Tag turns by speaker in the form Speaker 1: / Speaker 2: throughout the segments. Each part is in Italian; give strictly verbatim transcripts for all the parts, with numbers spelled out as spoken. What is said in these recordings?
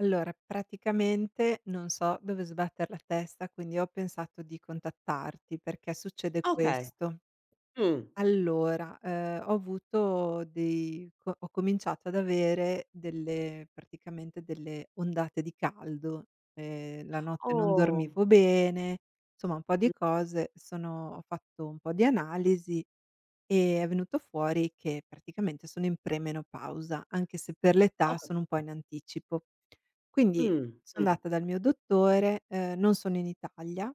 Speaker 1: Allora, praticamente non so dove sbatter la testa, quindi ho pensato di contattarti perché succede
Speaker 2: Okay.
Speaker 1: questo.
Speaker 2: Mh.
Speaker 1: Allora, ehm, ho avuto dei co ho cominciato ad avere delle praticamente delle ondate di caldo, ehm, la notte non
Speaker 2: Oh.
Speaker 1: dormivo bene, insomma un po' di
Speaker 2: Mh.
Speaker 1: cose, sono ho fatto un po' di analisi e è venuto fuori che praticamente sono in premenopausa, anche se per l'età
Speaker 2: Ho cap
Speaker 1: sono un po' in anticipo. Quindi
Speaker 2: Mh,
Speaker 1: sono
Speaker 2: mh,
Speaker 1: andata dal mio dottore, ehm, non sono in Italia.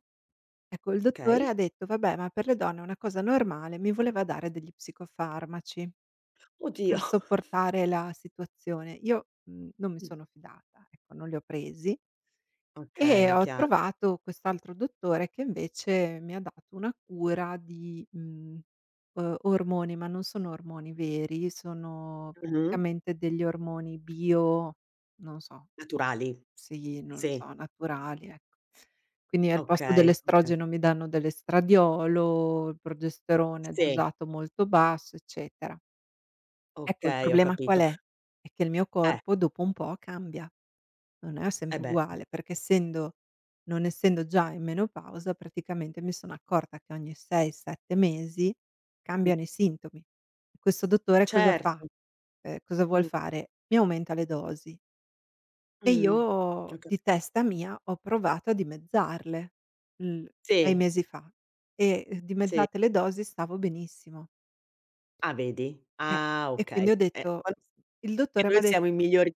Speaker 1: Ecco, il dottore
Speaker 2: okay.
Speaker 1: ha detto: "Vabbè, ma per le donne è una cosa normale", mi voleva dare degli psicofarmaci
Speaker 2: Oddio.
Speaker 1: per sopportare la situazione. Io, mhmm, non mi
Speaker 2: Mh.
Speaker 1: sono fidata, ecco, non li ho presi. E
Speaker 2: Okay,
Speaker 1: ho
Speaker 2: chiaro.
Speaker 1: trovato quest'altro dottore che invece mi ha dato una cura di, mhmm, uhm, ormoni, ma non sono ormoni veri, sono
Speaker 2: Mh-mh.
Speaker 1: praticamente degli ormoni bio, non so,
Speaker 2: Naturali.
Speaker 1: sì, non lo
Speaker 2: Sì.
Speaker 1: so, naturali, ecco. Quindi al posto
Speaker 2: Okay, okay.
Speaker 1: dell'estrogeno mi danno dell'estradiolo, il progesterone è
Speaker 2: Sì,
Speaker 1: dosato molto basso, eccetera. Ecco, il
Speaker 2: okay, ho
Speaker 1: problema qual
Speaker 2: capito.
Speaker 1: è? È che il mio
Speaker 2: Eh,
Speaker 1: corpo dopo un po' cambia. Non è
Speaker 2: eh
Speaker 1: sempre
Speaker 2: beh.
Speaker 1: uguale, perché essendo non essendo già in menopausa, praticamente mi sono accorta che ogni sei, sette mesi
Speaker 2: Mh.
Speaker 1: cambiano i sintomi. Questo dottore cosa fa?
Speaker 2: Certo.
Speaker 1: Ehm, cosa vuol
Speaker 2: Mh.
Speaker 1: fare? Mi aumenta le dosi e
Speaker 2: Mh.
Speaker 1: io
Speaker 2: Ho
Speaker 1: di
Speaker 2: capi
Speaker 1: testa mia ho provato a dimezzarle l sei
Speaker 2: Sì,
Speaker 1: mesi fa e, ehm,
Speaker 2: sì.
Speaker 1: dimezzate le dosi stavo benissimo.
Speaker 2: Ah, vedi?
Speaker 1: Eh,
Speaker 2: Ah,
Speaker 1: e
Speaker 2: okay.
Speaker 1: quindi ho
Speaker 2: Eh,
Speaker 1: detto,
Speaker 2: quando s
Speaker 1: il
Speaker 2: Che
Speaker 1: dottore m'ha
Speaker 2: noi siamo i
Speaker 1: detto,
Speaker 2: migliori.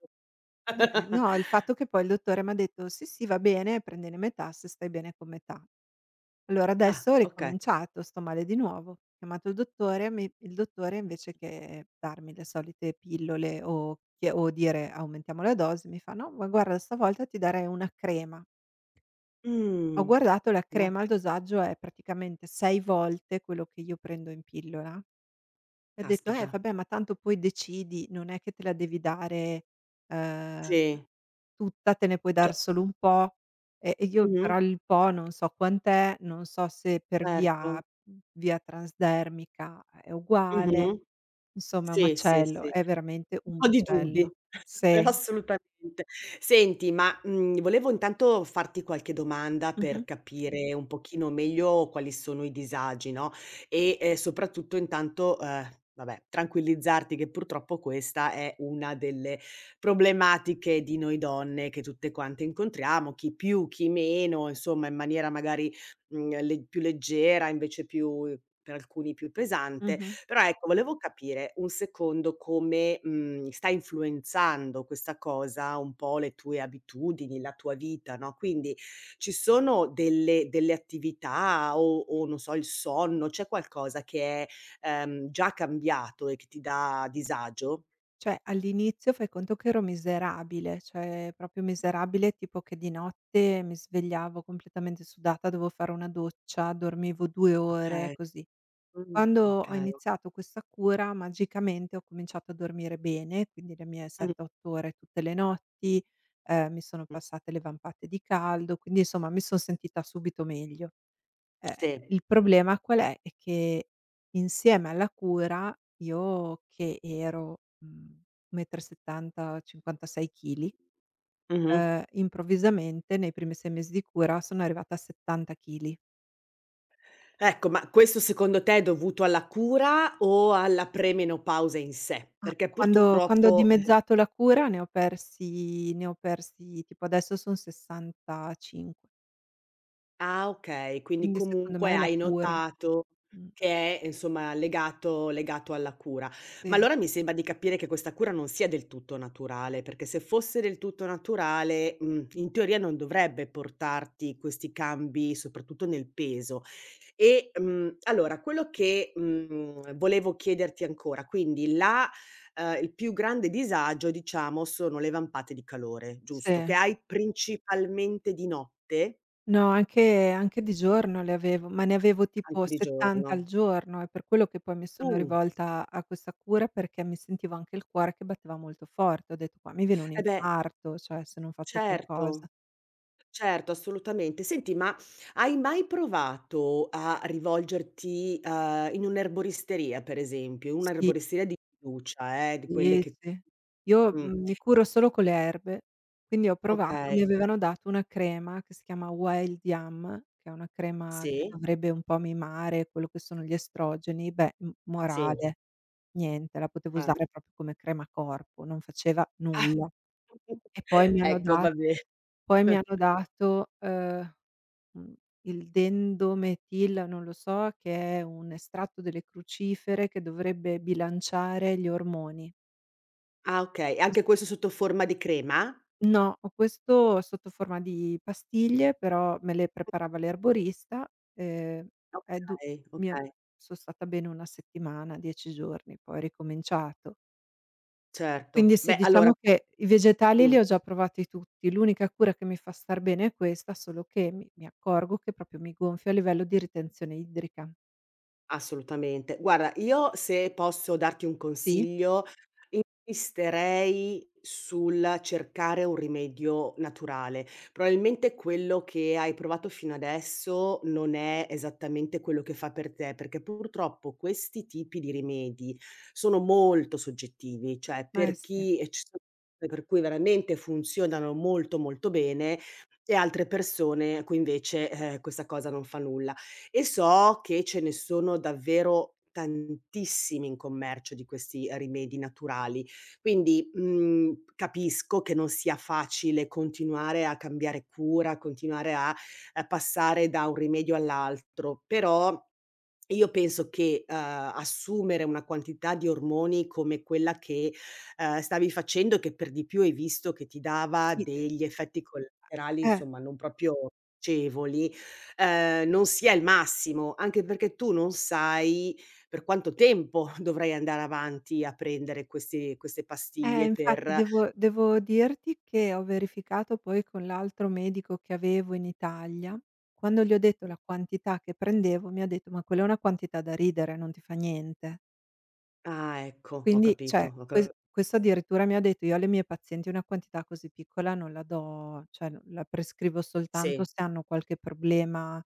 Speaker 1: beh, ehm, no, il fatto che poi il dottore m'ha detto: "Sì, sì, va bene, prendine metà se stai bene con metà". Allora
Speaker 2: Ah,
Speaker 1: adesso ho
Speaker 2: okay.
Speaker 1: ricominciato, sto male di nuovo. Ho chiamato il dottore, mi il dottore invece che darmi le solite pillole o che o dire: "Aumentiamo la dose", mi fa: "No, ma guarda stavolta ti darei una crema". Ho
Speaker 2: Mh.
Speaker 1: guardato la
Speaker 2: Na c
Speaker 1: crema, il dosaggio è praticamente sei volte quello che io prendo in pillola e ho detto: "Eh,
Speaker 2: Caspita.
Speaker 1: vabbè, ma tanto poi decidi, non è che te la devi dare, ehm,
Speaker 2: Sì.
Speaker 1: tutta, te ne puoi
Speaker 2: Ce
Speaker 1: dar solo un po'". E e io
Speaker 2: Mh-mh.
Speaker 1: però il po' non so quant'è, non so se per
Speaker 2: Certo.
Speaker 1: via mhmm, via transdermica è uguale,
Speaker 2: Mh-mh.
Speaker 1: insomma è un
Speaker 2: Sì, sì, sì.
Speaker 1: macello, è
Speaker 2: Un
Speaker 1: veramente un
Speaker 2: po' di
Speaker 1: macello.
Speaker 2: dubbi.
Speaker 1: Sì.
Speaker 2: Assolutamente. Senti, ma, mhmm, volevo intanto farti qualche domanda per
Speaker 1: Mh-mh,
Speaker 2: capire un pochino meglio quali sono i disagi, no, e, ehm, soprattutto intanto, uhm, vabbè, tranquillizzarti che purtroppo questa è una delle problematiche di noi donne che tutte quante incontriamo, chi più, chi meno, insomma in maniera magari, mhmm, le più leggera, invece più per alcuni più pesante.
Speaker 1: mh-mh.
Speaker 2: Però ecco, volevo capire un secondo come, mhmm, sta influenzando questa cosa un po' le tue abitudini, la tua vita, no, quindi ci sono delle delle attività o o non so, il sonno, c'è qualcosa che è, ehm, già cambiato e che ti dà disagio?
Speaker 1: Cioè, all'inizio fai conto che ero miserabile, cioè proprio miserabile, tipo che di notte mi svegliavo completamente sudata, dovevo fare una doccia, dormivo due ore,
Speaker 2: Okay,
Speaker 1: così.
Speaker 2: mh,
Speaker 1: Quando ho
Speaker 2: okay.
Speaker 1: iniziato questa cura, magicamente ho cominciato a dormire bene, quindi le mie
Speaker 2: Mh,
Speaker 1: sette, otto ore tutte le notti, ehm, mi sono
Speaker 2: mh.
Speaker 1: passate le vampate di caldo, quindi insomma mi son sentita subito meglio. Ehm,
Speaker 2: Sì.
Speaker 1: il problema qual è? È che insieme alla cura io che ero, mhmm, uno e settanta m, cinquantasei chili,
Speaker 2: Mh-mh.
Speaker 1: ehm, improvvisamente nei primi sei mesi di cura sono arrivata a settanta chili.
Speaker 2: Ecco, ma questo secondo te è dovuto alla cura o alla premenopausa in sé?
Speaker 1: Ah.
Speaker 2: Perché
Speaker 1: Quando quando ho
Speaker 2: purtroppo, eh.
Speaker 1: dimezzato la cura ne ho persi ne ho persi tipo adesso son sessantacinque.
Speaker 2: Ah okay, quindi
Speaker 1: Quindi secondo me
Speaker 2: comunque
Speaker 1: è la
Speaker 2: hai
Speaker 1: cura.
Speaker 2: notato
Speaker 1: Mh,
Speaker 2: che è insomma legato legato alla cura. Ma
Speaker 1: sì,
Speaker 2: allora mi sembra di capire che questa cura non sia del tutto naturale, perché se fosse del tutto naturale, mhmm, in teoria non dovrebbe portarti questi cambi, soprattutto nel peso. E, mhmm, allora quello che, mhmm, volevo chiederti ancora, quindi la ehm, il più grande disagio diciamo sono le vampate di calore, giusto? Che
Speaker 1: sì.
Speaker 2: hai principalmente di notte?
Speaker 1: No, anche anche di giorno le avevo, ma ne avevo tipo
Speaker 2: Anche di
Speaker 1: settanta al
Speaker 2: giorno.
Speaker 1: giorno. È per quello che poi mi sono
Speaker 2: Uh,
Speaker 1: rivolta a questa cura, perché mi sentivo anche il cuore che batteva molto forte. Ho detto: "Qua mi viene un
Speaker 2: eh beh,
Speaker 1: infarto, cioè se non faccio
Speaker 2: certo,
Speaker 1: qualcosa".
Speaker 2: certo, assolutamente. Senti, ma hai mai provato a rivolgerti, uhm, in un'erboristeria, per esempio,
Speaker 1: Sì.
Speaker 2: un'erboristeria di fiducia, eh, di quelle
Speaker 1: Sì,
Speaker 2: che
Speaker 1: sì. Io,
Speaker 2: mh,
Speaker 1: mhmm, mi curo solo con le erbe, quindi ho provato,
Speaker 2: okay,
Speaker 1: mi avevano dato una crema che si chiama Wild Yam, che è una crema che
Speaker 2: sì,
Speaker 1: dovrebbe un po' mimare quello che sono gli estrogeni, beh, m
Speaker 2: sì,
Speaker 1: morale, niente, la potevo
Speaker 2: ah.
Speaker 1: usare proprio come crema corpo, non faceva nulla. E poi mi hanno
Speaker 2: Ecco,
Speaker 1: da
Speaker 2: va bene.
Speaker 1: poi mi hanno dato, ehm, mhmm, il dendometil non lo so, che è un estratto delle crucifere che dovrebbe bilanciare gli ormoni.
Speaker 2: Ah, okay, e anche questo sotto forma di crema?
Speaker 1: No, ho questo sotto forma di pastiglie, però me le preparava l'erborista, ehm, è du
Speaker 2: Okay,
Speaker 1: mia
Speaker 2: okay,
Speaker 1: so' stata bene una settimana, dieci giorni, poi ho ricominciato.
Speaker 2: certo.
Speaker 1: Quindi sì,
Speaker 2: Beh, allora.
Speaker 1: diciamo che i vegetali li
Speaker 2: Mh.
Speaker 1: ho già provati tutti. L'unica cura che mi fa star bene è questa, solo che mi mi accorgo che proprio mi gonfio a livello di ritenzione idrica.
Speaker 2: Assolutamente. Guarda, io se posso darti un
Speaker 1: Sì?
Speaker 2: consiglio, insisterei sul cercare un rimedio naturale. Probabilmente quello che hai provato fino adesso non è esattamente quello che fa per te, perché purtroppo questi tipi di rimedi sono molto soggettivi, cioè
Speaker 1: Eh
Speaker 2: per
Speaker 1: sì.
Speaker 2: chi e ci sono persone per cui veramente funzionano molto molto bene e altre persone a cui invece, eh, questa cosa non fa nulla. E so che ce ne sono davvero tantissimi in commercio di questi rimedi naturali, quindi, mhmm, capisco che non sia facile continuare a cambiare cura, continuare a a passare da un rimedio all'altro, però io penso che, uhm, assumere una quantità di ormoni come quella che, uhm, stavi facendo e che per di più hai visto che ti dava
Speaker 1: Sì, ehm,
Speaker 2: degli effetti collaterali,
Speaker 1: eh.
Speaker 2: insomma, non proprio piacevoli, ehm, non sia il massimo, anche perché tu non sai per quanto tempo dovrai andare avanti a prendere questi queste
Speaker 1: Eh,
Speaker 2: pastiglie per.
Speaker 1: infatti devo devo dirti che ho verificato poi con l'altro medico che avevo in Italia, quando gli ho detto
Speaker 2: Mh.
Speaker 1: la quantità che prendevo mi ha detto: "Ma quella è una quantità da ridere, non ti fa niente".
Speaker 2: Ah ecco, ho
Speaker 1: Quindi,
Speaker 2: capito,
Speaker 1: cioè,
Speaker 2: ho ca
Speaker 1: ques questo addirittura mi ha detto: "Io alle mie pazienti una quantità così piccola non la do, cioè n la prescrivo soltanto
Speaker 2: sì,
Speaker 1: se hanno qualche problema,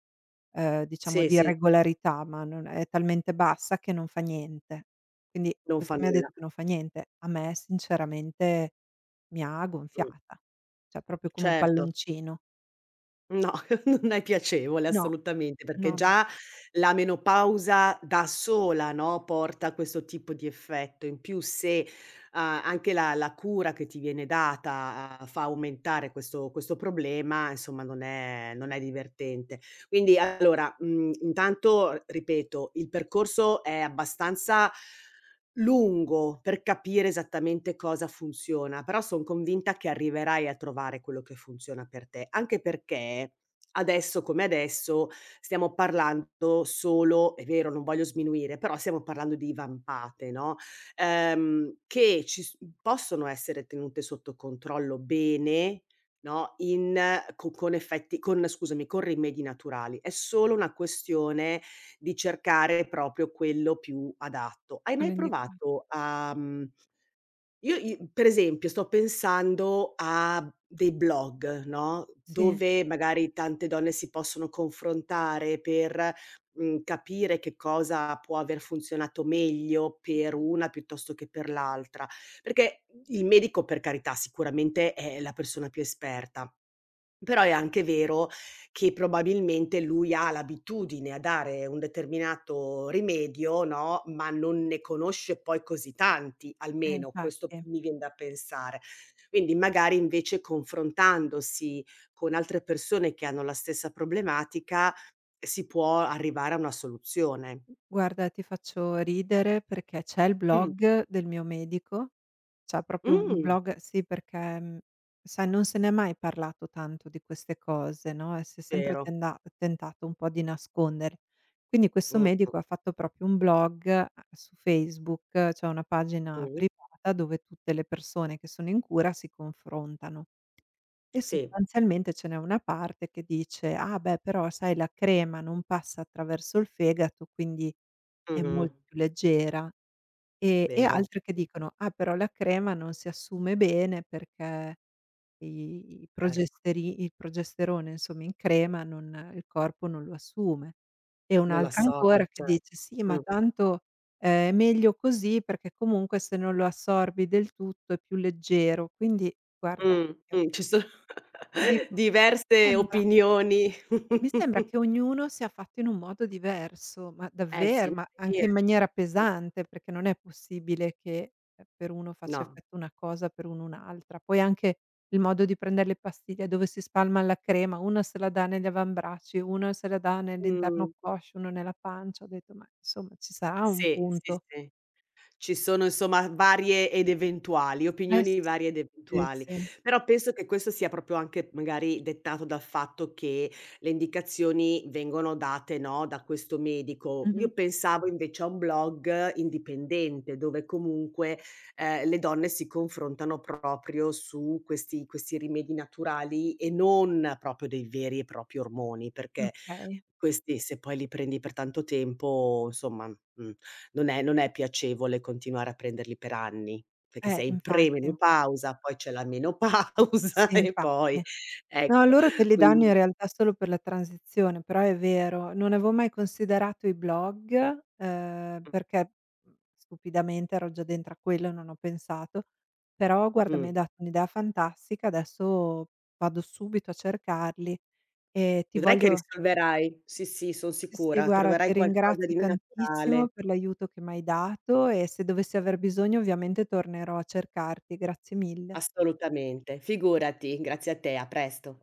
Speaker 1: ehm, diciamo
Speaker 2: sì,
Speaker 1: di
Speaker 2: sì,
Speaker 1: regolarità, ma non è talmente bassa che non fa niente". Quindi
Speaker 2: non
Speaker 1: questo
Speaker 2: fa
Speaker 1: mi ha
Speaker 2: nulla.
Speaker 1: detto che non fa niente. A me sinceramente mi ha
Speaker 2: Mh,
Speaker 1: gonfiata, cioè proprio come un
Speaker 2: certo.
Speaker 1: palloncino.
Speaker 2: No, non è piacevole
Speaker 1: No,
Speaker 2: assolutamente, perché
Speaker 1: no, no,
Speaker 2: già la menopausa da sola, no, porta a questo tipo di effetto. In più se, a anche la la cura che ti viene data, uhm, fa aumentare questo questo problema, insomma non è non è divertente. Quindi allora, mhmm, intanto, ripeto, il percorso è abbastanza lungo, per capire esattamente cosa funziona, però son convinta che arriverai a trovare quello che funziona per te, anche perché adesso come adesso stiamo parlando solo è vero, non voglio sminuire, però stiamo parlando di vampate, no, ehm, che ci s possono essere tenute sotto controllo bene, no, in co con effetti con scusami, con rimedi naturali. È solo una questione di cercare proprio quello più adatto. Hai
Speaker 1: quello
Speaker 2: mai
Speaker 1: indica
Speaker 2: provato a mhmm, io i per esempio sto pensando a dei blog, no,
Speaker 1: sì,
Speaker 2: dove magari tante donne si possono confrontare per, mhmm, capire che cosa può aver funzionato meglio per una piuttosto che per l'altra, perché il medico per carità sicuramente è la persona più esperta però è anche vero che probabilmente lui ha l'abitudine a dare un determinato rimedio, no, ma non ne conosce poi così tanti,
Speaker 1: eh
Speaker 2: almeno questo
Speaker 1: infatti.
Speaker 2: mi vien da pensare. Quindi magari invece confrontandosi con altre persone che hanno la stessa problematica, si può arrivare a una soluzione.
Speaker 1: Guarda, ti faccio ridere perché c'è il
Speaker 2: Mh,
Speaker 1: blog del mio medico, c'ha proprio un
Speaker 2: mh,
Speaker 1: blog sì, perché, mhmm, sai non se n'è mai parlato tanto di queste cose, no, e si è sempre
Speaker 2: vero.
Speaker 1: tenda tentato un po' di nascondere. Quindi questo
Speaker 2: Mh,
Speaker 1: medico ha fatto proprio un blog a su Facebook, c'è una
Speaker 2: mh,
Speaker 1: pagina
Speaker 2: mh.
Speaker 1: privata dove tutte le persone che sono in cura si confrontano. E
Speaker 2: Sì,
Speaker 1: sostanzialmente ce n'è una parte che dice: "Ah beh, però sai la crema non passa attraverso il fegato, quindi è
Speaker 2: mh-mh,
Speaker 1: molto più leggera". E e
Speaker 2: vero.
Speaker 1: altre che
Speaker 2: Mh,
Speaker 1: dicono: "Ah però la crema non si assume bene perché i i
Speaker 2: cer
Speaker 1: progesteri il progesterone insomma in crema non il corpo non lo assume". E
Speaker 2: non lo
Speaker 1: un'altra
Speaker 2: assorbe,
Speaker 1: ancora che
Speaker 2: cer
Speaker 1: dice: "Sì, ma
Speaker 2: mh.
Speaker 1: tanto eh, è meglio così perché comunque se non lo assorbi del tutto è più leggero". Quindi guarda,
Speaker 2: Mh,
Speaker 1: io
Speaker 2: mh, ci sono
Speaker 1: ti dico
Speaker 2: diverse
Speaker 1: Sembra
Speaker 2: opinioni.
Speaker 1: mi sembra che ognuno sia fatto in un modo diverso, ma
Speaker 2: Eh sì,
Speaker 1: davver
Speaker 2: no,
Speaker 1: ma
Speaker 2: per
Speaker 1: anche
Speaker 2: dire.
Speaker 1: in maniera pesante, perché non è possibile che, ehm, per uno faccia
Speaker 2: No.
Speaker 1: effetto una cosa, per uno un'altra. Poi anche il modo di prender le pastiglie, dove si spalma la crema, uno se la dà negli avambracci, uno se la dà nell'interno
Speaker 2: Mh,
Speaker 1: coscia, uno nella pancia. Ho detto: "Ma insomma ci sarà un
Speaker 2: sì, sì,
Speaker 1: punto."
Speaker 2: sì. Ci sono insomma varie ed eventuali,
Speaker 1: Eh
Speaker 2: opinioni
Speaker 1: sì,
Speaker 2: varie ed
Speaker 1: sì,
Speaker 2: eventuali.
Speaker 1: sì.
Speaker 2: Però penso che questo sia proprio anche magari dettato dal fatto che le indicazioni vengono date, no, da questo medico.
Speaker 1: Mh-mh.
Speaker 2: Io pensavo invece a un blog indipendente dove comunque, ehm, le donne si confrontano proprio su questi questi rimedi naturali e non proprio dei veri e propri ormoni, perché
Speaker 1: Okay.
Speaker 2: questi se poi li prendi per tanto tempo, insomma, mhmm, non è non è piacevole continuare a prenderli per anni, perché
Speaker 1: Eh
Speaker 2: sei in
Speaker 1: infatti, infa
Speaker 2: premenopausa, poi c'è la menopausa
Speaker 1: sì
Speaker 2: e
Speaker 1: infatti.
Speaker 2: poi
Speaker 1: No,
Speaker 2: ecco,
Speaker 1: loro te li danno in
Speaker 2: quindi
Speaker 1: realtà solo per la transizione, però è vero, non avevo mai considerato i blog, ehm,
Speaker 2: mh,
Speaker 1: perché, mhmm, stupidamente ero già dentro a quello e non ho pensato, però guarda mi
Speaker 2: mh.
Speaker 1: hai dato un'idea fantastica, adesso vado subito a cercarli e ti
Speaker 2: Vedrai che
Speaker 1: voglio
Speaker 2: risolverai. Sì, sì, son
Speaker 1: sì, sì,
Speaker 2: sicura,
Speaker 1: guarda
Speaker 2: troverai
Speaker 1: ti
Speaker 2: qualcosa
Speaker 1: ringrazio
Speaker 2: di naturale.
Speaker 1: tantissimo per l'aiuto che m'hai dato e se dovessi aver bisogno ovviamente tornerò a cercarti. Grazie mille.
Speaker 2: Assolutamente. Figurati, grazie a te, a presto.